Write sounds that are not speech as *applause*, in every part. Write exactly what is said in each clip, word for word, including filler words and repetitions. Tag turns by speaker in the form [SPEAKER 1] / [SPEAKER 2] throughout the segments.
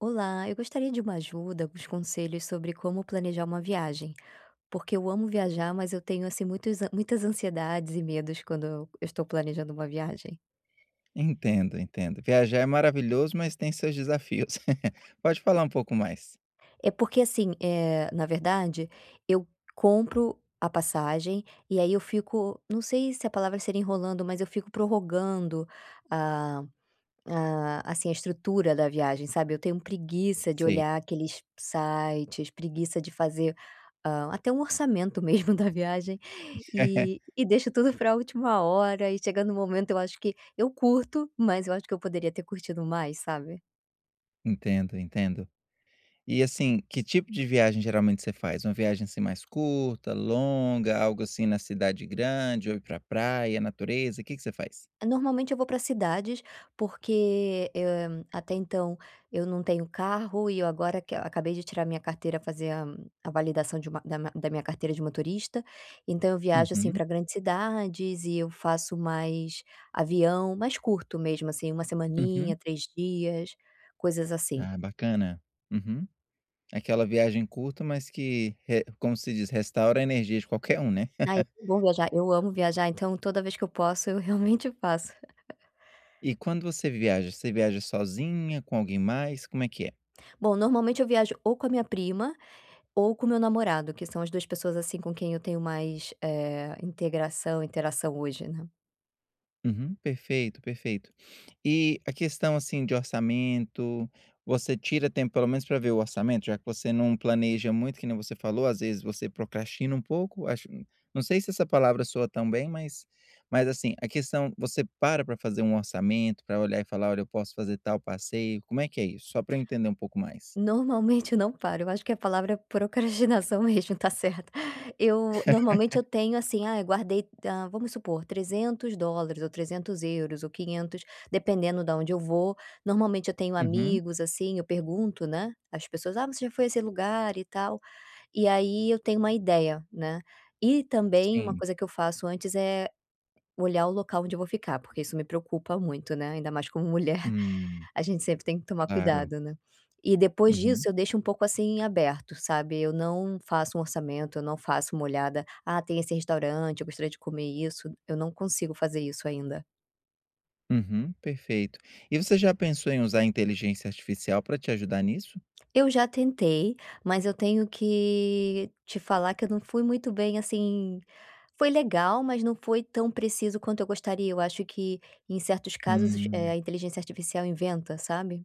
[SPEAKER 1] Olá, eu gostaria de uma ajuda, alguns conselhos sobre como planejar uma viagem, porque eu amo viajar, mas eu tenho assim muitos, an- muitas ansiedades e medos quando eu estou planejando uma viagem.
[SPEAKER 2] Entendo, entendo. Viajar é maravilhoso, mas tem seus desafios. *laughs* Pode falar um pouco mais.
[SPEAKER 1] É porque assim, é, na verdade, eu compro a passagem e aí eu fico, não sei se a palavra seria enrolando, mas eu fico prorrogando. Ah, assim, a estrutura da viagem, sabe, eu tenho preguiça de
[SPEAKER 2] Sei.
[SPEAKER 1] olhar aqueles sites, preguiça de fazer, hã, até um orçamento mesmo *laughs* da viagem, e
[SPEAKER 2] *laughs*
[SPEAKER 1] e deixo tudo para a última hora e chegando no momento eu acho que eu curto, mas eu acho que eu poderia ter curtido mais, sabe?
[SPEAKER 2] Entendo, entendo. E, assim, que tipo de viagem geralmente você faz? Uma viagem, assim, mais curta, longa, algo assim na cidade grande, ou ir pra praia, natureza? O que que você faz?
[SPEAKER 1] Normalmente eu vou para cidades, porque, eh, até então eu não tenho carro e eu agora que acabei de tirar minha carteira, fazer a a validação de uma da ma da minha carteira de motorista, então eu viajo, assim,
[SPEAKER 2] Uhum,
[SPEAKER 1] para grandes cidades e eu faço mais avião, mais curto mesmo, assim, uma semaninha,
[SPEAKER 2] uhum.
[SPEAKER 1] três dias, coisas assim.
[SPEAKER 2] Ah, bacana. Uhum. Aquela viagem curta, mas que re como se diz, restaura a energia de qualquer um, né.
[SPEAKER 1] Ah, é tão bom viajar, eu amo viajar, então toda vez que eu posso eu *laughs* realmente faço.
[SPEAKER 2] *laughs* E quando você viaja, você viaja sozinha, com alguém mais? Como é que é?
[SPEAKER 1] Bom, normalmente eu viajo ou com a minha prima, ou com o meu namorado, que são as duas pessoas, assim, com quem eu tenho mais, eh, integração, interação hoje, né.
[SPEAKER 2] Uhum, perfeito, perfeito. E a questão, assim, de orçamento, você tira tempo pelo menos para ver o orçamento, já que você não planeja muito, que nem você falou, às vezes você procrastina um pouco, acho, não sei se essa palavra soa tão bem, mas mas assim, a questão, você para para fazer um orçamento, para olhar e falar: "Olha, eu posso fazer tal passeio", como é que é isso? Só para eu entender um pouco mais.
[SPEAKER 1] Normalmente eu não paro, eu acho que é a palavra é procrastinação *laughs* mesmo, tá certa. Eu normalmente eu tenho, assim, ah, eu guardei, ah, vamos supor, trezentos dólares ou trezentos euros ou quinhentos, dependendo da onde eu vou. Normalmente eu tenho
[SPEAKER 2] Uhum,
[SPEAKER 1] amigos, assim, eu pergunto, né, as pessoas: "Ah, você já foi a esse lugar e tal?". E aí eu tenho uma ideia, né. E também uma
[SPEAKER 2] sim.
[SPEAKER 1] coisa que eu faço antes é olhar o local onde eu vou ficar, porque isso me preocupa muito, né, ainda mais como mulher, *laughs*
[SPEAKER 2] Hum,
[SPEAKER 1] a gente sempre tem que tomar
[SPEAKER 2] claro.
[SPEAKER 1] cuidado, né. E depois
[SPEAKER 2] Uhum,
[SPEAKER 1] disso eu deixo um pouco, assim, aberto, sabe, eu não faço um orçamento, eu não faço uma olhada: "Ah, tem esse restaurante, eu gostaria de comer isso", eu não consigo fazer isso ainda.
[SPEAKER 2] uhum, perfeito. E você já pensou em usar a inteligência artificial para te ajudar nisso?
[SPEAKER 1] Eu já tentei, mas eu tenho que te falar que eu não fui muito bem, assim, foi legal, mas não foi tão preciso quanto eu gostaria, eu acho que em certos casos, eh, a
[SPEAKER 2] Hum.
[SPEAKER 1] inteligência artificial inventa, sabe.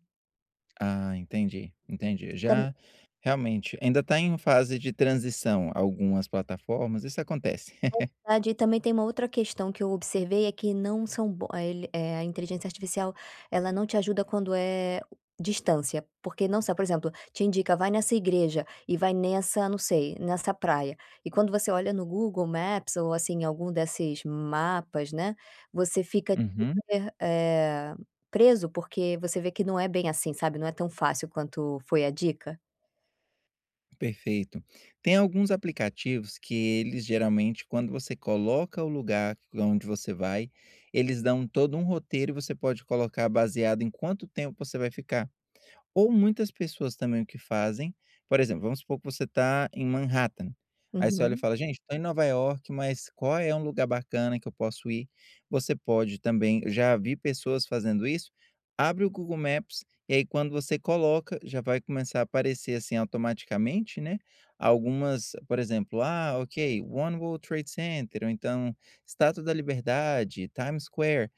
[SPEAKER 2] Ah, entendi, entendi. Já realmente ainda está em fase de transição algumas plataformas, isso acontece. *laughs*
[SPEAKER 1] Verdade, e também tem uma outra questão que eu observei, é que não são bo eh, ele eh, a inteligência artificial, ela não te ajuda quando é distância, porque não sabe, por exemplo, te indica: "Vai nessa igreja e vai nessa, não sei, nessa praia". E quando você olha no Google Maps ou, assim, algum desses mapas, né, você fica
[SPEAKER 2] Uhum,
[SPEAKER 1] super, eh, preso, porque você vê que não é bem assim, sabe, não é tão fácil quanto foi a dica.
[SPEAKER 2] perfeito. Tem alguns aplicativos que eles geralmente quando você coloca o lugar onde você vai, eles dão todo um roteiro e você pode colocar baseado em quanto tempo você vai ficar. Ou muitas pessoas também o que fazem, por exemplo, vamos supor que você está em Manhattan, aí você olha e
[SPEAKER 1] Uhum.
[SPEAKER 2] fala: "Gente, estou em Nova York, mas qual é um lugar bacana que eu posso ir?". Você pode também, eu já vi pessoas fazendo isso, abre o Google Maps, e aí quando você coloca, já vai começar a aparecer, assim, automaticamente, né, algumas, por exemplo, ah, ok, One World Trade Center, ou então Estátua da Liberdade, Times Square.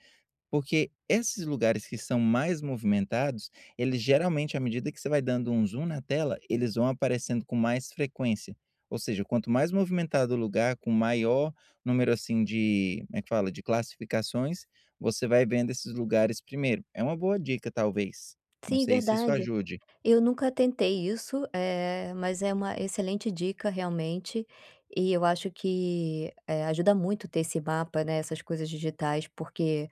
[SPEAKER 2] Porque esses lugares que são mais movimentados, eles geralmente, à medida que você vai dando um zoom na tela, eles vão aparecendo com mais frequência. Ou seja, quanto mais movimentado o lugar, com maior número assim de, como é que fala, de classificações, você vai vendo esses lugares primeiro. É uma boa dica, talvez. Não
[SPEAKER 1] Sim,
[SPEAKER 2] sei se isso
[SPEAKER 1] verdade.
[SPEAKER 2] ajude.
[SPEAKER 1] Eu nunca tentei isso, eh, mas é uma excelente dica realmente, e eu acho que, eh, ajuda muito ter esse mapa, né, essas coisas digitais, porque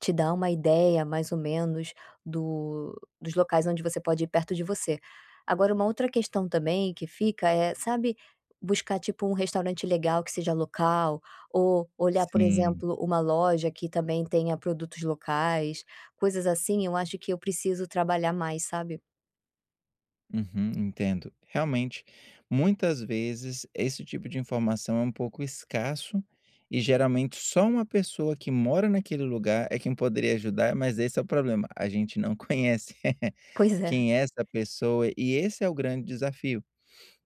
[SPEAKER 1] te dá uma ideia mais ou menos do dos locais onde você pode ir perto de você. Agora uma outra questão também que fica é, sabe, buscar tipo um restaurante legal que seja local, ou olhar, por
[SPEAKER 2] Sim.
[SPEAKER 1] exemplo, uma loja que também tenha produtos locais, coisas assim, eu acho que eu preciso trabalhar mais, sabe?
[SPEAKER 2] Uhum, entendo. Realmente, muitas vezes esse tipo de informação é um pouco escasso e geralmente só uma pessoa que mora naquele lugar é quem poderia ajudar, mas esse é o problema, a gente não *laughs* conhece
[SPEAKER 1] Pois é.
[SPEAKER 2] quem é essa pessoa e esse é o grande desafio.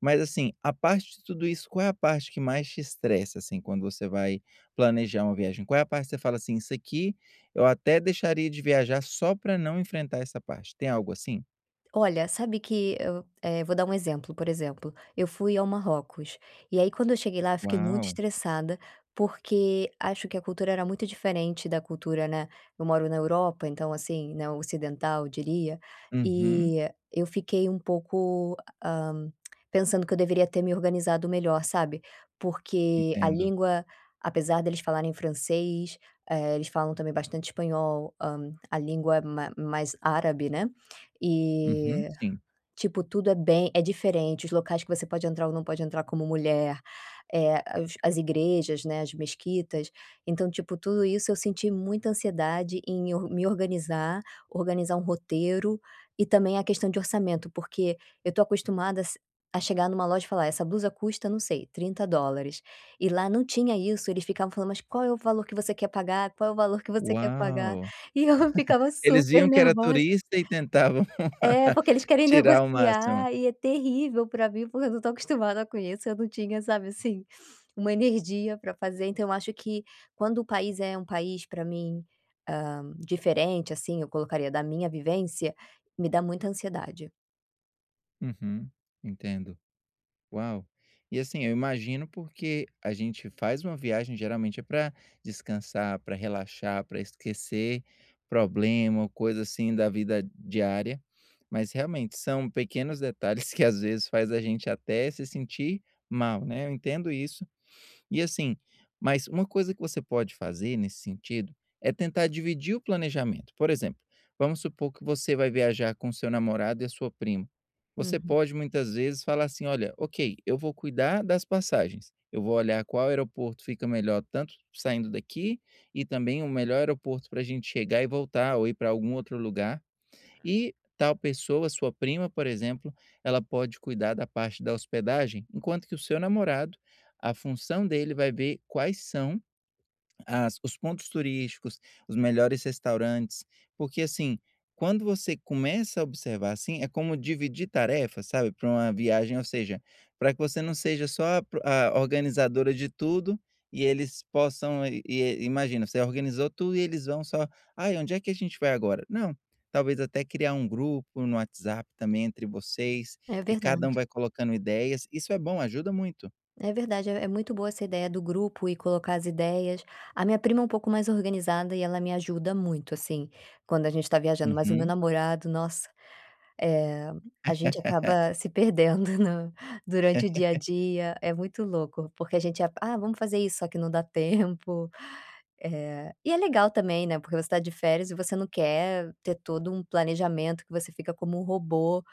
[SPEAKER 2] Mas assim, a parte de tudo isso, qual é a parte que mais te estressa, assim, quando você vai planejar uma viagem? Qual é a parte que você fala assim, isso aqui eu até deixaria de viajar só para não enfrentar essa parte? Tem algo assim?
[SPEAKER 1] Olha, sabe que eu, eh, vou dar um exemplo, por exemplo, eu fui ao Marrocos, e aí quando eu cheguei lá eu fiquei muito
[SPEAKER 2] Uau!
[SPEAKER 1] estressada, porque acho que a cultura era muito diferente da cultura, né, eu moro na Europa, então assim, né, ocidental eu diria,
[SPEAKER 2] Uhum.
[SPEAKER 1] e eu fiquei um pouco, hã, pensando que eu deveria ter me organizado melhor, sabe, porque a
[SPEAKER 2] Entendo.
[SPEAKER 1] língua, apesar deles falarem francês, eh, eles falam também bastante espanhol, hã, a língua é ma mais árabe, né,
[SPEAKER 2] Uhum,
[SPEAKER 1] e,
[SPEAKER 2] sim.
[SPEAKER 1] tipo, tudo é bem é diferente, os locais que você pode entrar ou não pode entrar como mulher, é os as igrejas, né, as mesquitas. Então, tipo, tudo isso eu senti muita ansiedade em or me organizar, organizar um roteiro e também a questão de orçamento, porque eu tô acostumada a se a chegar numa loja e falar: "Essa blusa custa, não sei, trinta dólares". E lá não tinha isso, eles ficavam falando: "Mas qual é o valor que você quer pagar? Qual é o valor que você quer pagar?".
[SPEAKER 2] Uau!
[SPEAKER 1] E eu *laughs* ficava
[SPEAKER 2] Eles
[SPEAKER 1] super
[SPEAKER 2] viam que era
[SPEAKER 1] nervosa.
[SPEAKER 2] turista e tentavam
[SPEAKER 1] É,
[SPEAKER 2] *laughs*
[SPEAKER 1] porque eles querem
[SPEAKER 2] tirar o máximo.
[SPEAKER 1] negociar e é terrível pra mim, porque eu não tô acostumada com isso, eu não tinha, sabe, assim, uma energia pra fazer. Então eu acho que quando o país é um país pra mim, hã, diferente, assim, eu colocaria da minha vivência, me dá muita ansiedade.
[SPEAKER 2] Uhum, entendo. Uau! E, assim, eu imagino porque a gente faz uma viagem geralmente é para descansar, para relaxar, para esquecer problema ou coisa, assim, da vida diária, mas realmente são pequenos detalhes *laughs* que às vezes faz a gente até se sentir mal, né, eu entendo isso. E assim, mas uma coisa que você pode fazer nesse sentido é tentar dividir o planejamento. Por exemplo, vamos supor que você vai viajar com seu namorado e a sua prima. Você
[SPEAKER 1] Uhum.
[SPEAKER 2] pode muitas vezes falar assim: olha, ok, eu vou cuidar das passagens. Eu vou olhar qual aeroporto fica melhor, tanto saindo daqui, e também o melhor aeroporto para a gente chegar e voltar, ou ir para algum outro lugar. E tal pessoa, sua prima, por exemplo, ela pode cuidar da parte da hospedagem, enquanto que o seu namorado, a função dele vai ver quais são as os pontos turísticos, os melhores restaurantes, porque, assim, quando você começa a observar assim, é como dividir tarefas, sabe, para uma viagem, ou seja, para que você não seja só a pro a organizadora de tudo e eles possam e e imagina, você organizou tudo e eles vão só: "Ai, onde é que a gente vai agora?". Não, talvez até criar um grupo no WhatsApp também entre vocês
[SPEAKER 1] É
[SPEAKER 2] e cada
[SPEAKER 1] verdade,
[SPEAKER 2] um vai colocando ideias, isso é bom, ajuda muito.
[SPEAKER 1] é verdade, é é muito boa essa ideia do grupo e colocar as ideias. A minha prima é um pouco mais organizada e ela me ajuda muito, assim, quando a gente tá viajando, mas o meu
[SPEAKER 2] Uhum.
[SPEAKER 1] namorado, nossa. Eh, a gente
[SPEAKER 2] *laughs*
[SPEAKER 1] acaba se perdendo *laughs* no durante o dia a dia, é muito louco, porque a gente a "Ah, vamos fazer isso", só que não dá tempo. Eh, e é legal também, né, porque você está de férias e você não quer ter todo um planejamento que você fica como um robô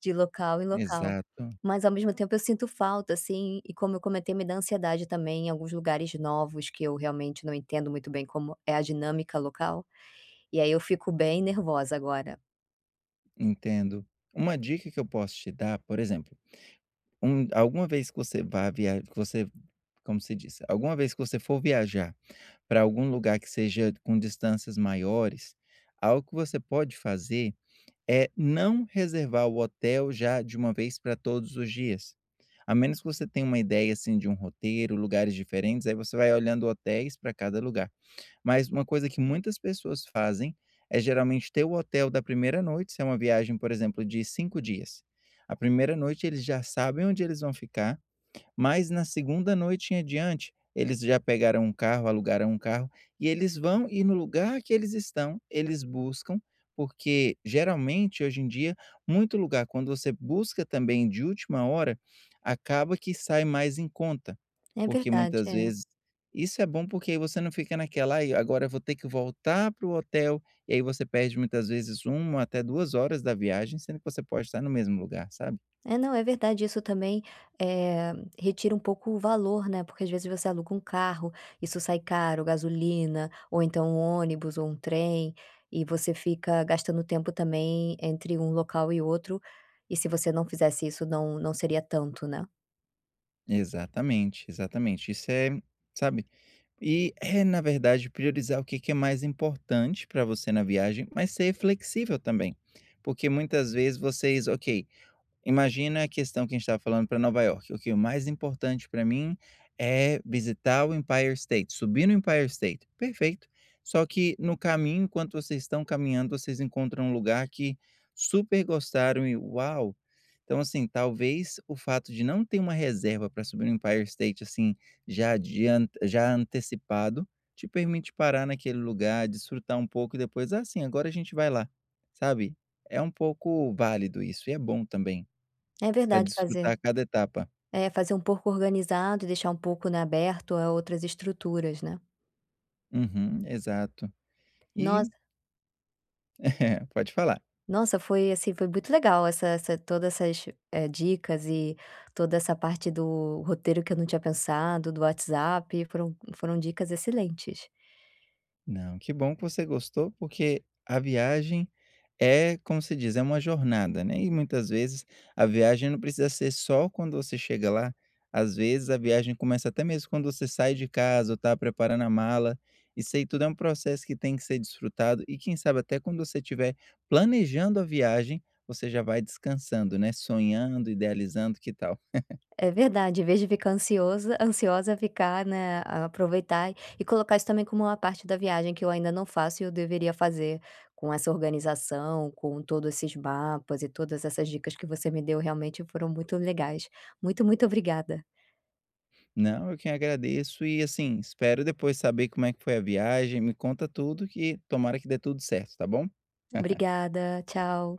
[SPEAKER 1] de local em local.
[SPEAKER 2] Exato.
[SPEAKER 1] Mas ao mesmo tempo eu sinto falta, assim, e como eu comentei, me dá ansiedade também em alguns lugares novos que eu realmente não entendo muito bem como é a dinâmica local, e aí eu fico bem nervosa agora.
[SPEAKER 2] Entendo. Uma dica que eu posso te dar, por exemplo, um alguma vez que você vá via que você como se diz, alguma vez que você for viajar para algum lugar que seja com distâncias maiores, algo que você pode fazer é não reservar o hotel já de uma vez para todos os dias. A menos que você tenha uma ideia, assim, de um roteiro, lugares diferentes, aí você vai olhando hotéis para cada lugar. Mas uma coisa que muitas pessoas fazem é geralmente ter o hotel da primeira noite, se é uma viagem, por exemplo, de cinco dias. A primeira noite eles já sabem onde eles vão ficar, mas na segunda noite em adiante, eles já pegaram um carro, alugaram um carro e eles vão e no lugar que eles estão, eles buscam, porque geralmente hoje em dia, muito lugar quando você busca também de última hora, acaba que sai mais em conta,
[SPEAKER 1] É
[SPEAKER 2] porque
[SPEAKER 1] verdade,
[SPEAKER 2] muitas
[SPEAKER 1] é.
[SPEAKER 2] vezes isso é bom porque aí você não fica naquela: "Ai, agora eu vou ter que voltar para o hotel", e aí você perde muitas vezes uma até duas horas da viagem, sendo que você pode estar no mesmo lugar, sabe?
[SPEAKER 1] É, não, é verdade, isso também, eh, retira um pouco o valor, né, porque às vezes você aluga um carro, isso sai caro, gasolina, ou então um ônibus ou um trem, e você fica gastando tempo também entre um local e outro, e se você não fizesse isso não não seria tanto, né.
[SPEAKER 2] Exatamente, exatamente. Isso é, sabe? E é, na verdade, priorizar o que que é mais importante para você na viagem, mas ser flexível também. Porque muitas vezes vocês, ok, imagina a questão que a gente estava falando para Nova Iorque, ok, o mais importante para mim é visitar o Empire State, subir no Empire State, perfeito. Só que no caminho, enquanto vocês estão caminhando, vocês encontram um lugar que super gostaram e uau! Então, assim, talvez o fato de não ter uma reserva para subir no Empire State, assim, já adianta, já antecipado, te permite parar naquele lugar, desfrutar um pouco e depois, ah, sim, agora a gente vai lá, sabe? É um pouco válido isso e é bom também
[SPEAKER 1] É
[SPEAKER 2] para
[SPEAKER 1] verdade, fazer
[SPEAKER 2] desfrutar cada etapa.
[SPEAKER 1] é, fazer um pouco organizado e deixar um pouco, né, aberto a outras estruturas, né.
[SPEAKER 2] Uhum, exato. E
[SPEAKER 1] Nossa.
[SPEAKER 2] *laughs* pode falar.
[SPEAKER 1] Nossa, foi assim, foi muito legal essa essa todas essas, eh, dicas e toda essa parte do roteiro que eu não tinha pensado, do WhatsApp, foram foram dicas excelentes.
[SPEAKER 2] Não, que bom que você gostou, porque a viagem é, como se diz, é uma jornada, né, e muitas vezes a viagem não precisa ser só quando você chega lá, às vezes a viagem começa até mesmo quando você sai de casa ou tá preparando a mala, isso aí tudo é um processo que tem que ser desfrutado e quem sabe até quando você estiver planejando a viagem, você já vai descansando, né, sonhando, idealizando, que tal?
[SPEAKER 1] É verdade, em vez de ficar ansiosa ansiosa, ficar, né, a- aproveitar e e colocar isso também como uma parte da viagem que eu ainda não faço e eu deveria fazer, com essa organização, com todos esses mapas e todas essas dicas que você me deu, realmente foram muito legais. Muito, muito obrigada.
[SPEAKER 2] Não, eu que agradeço e, assim, espero depois saber como é que foi a viagem, me conta tudo que tomara que dê tudo certo, tá bom? *laughs*
[SPEAKER 1] Obrigada, tchau.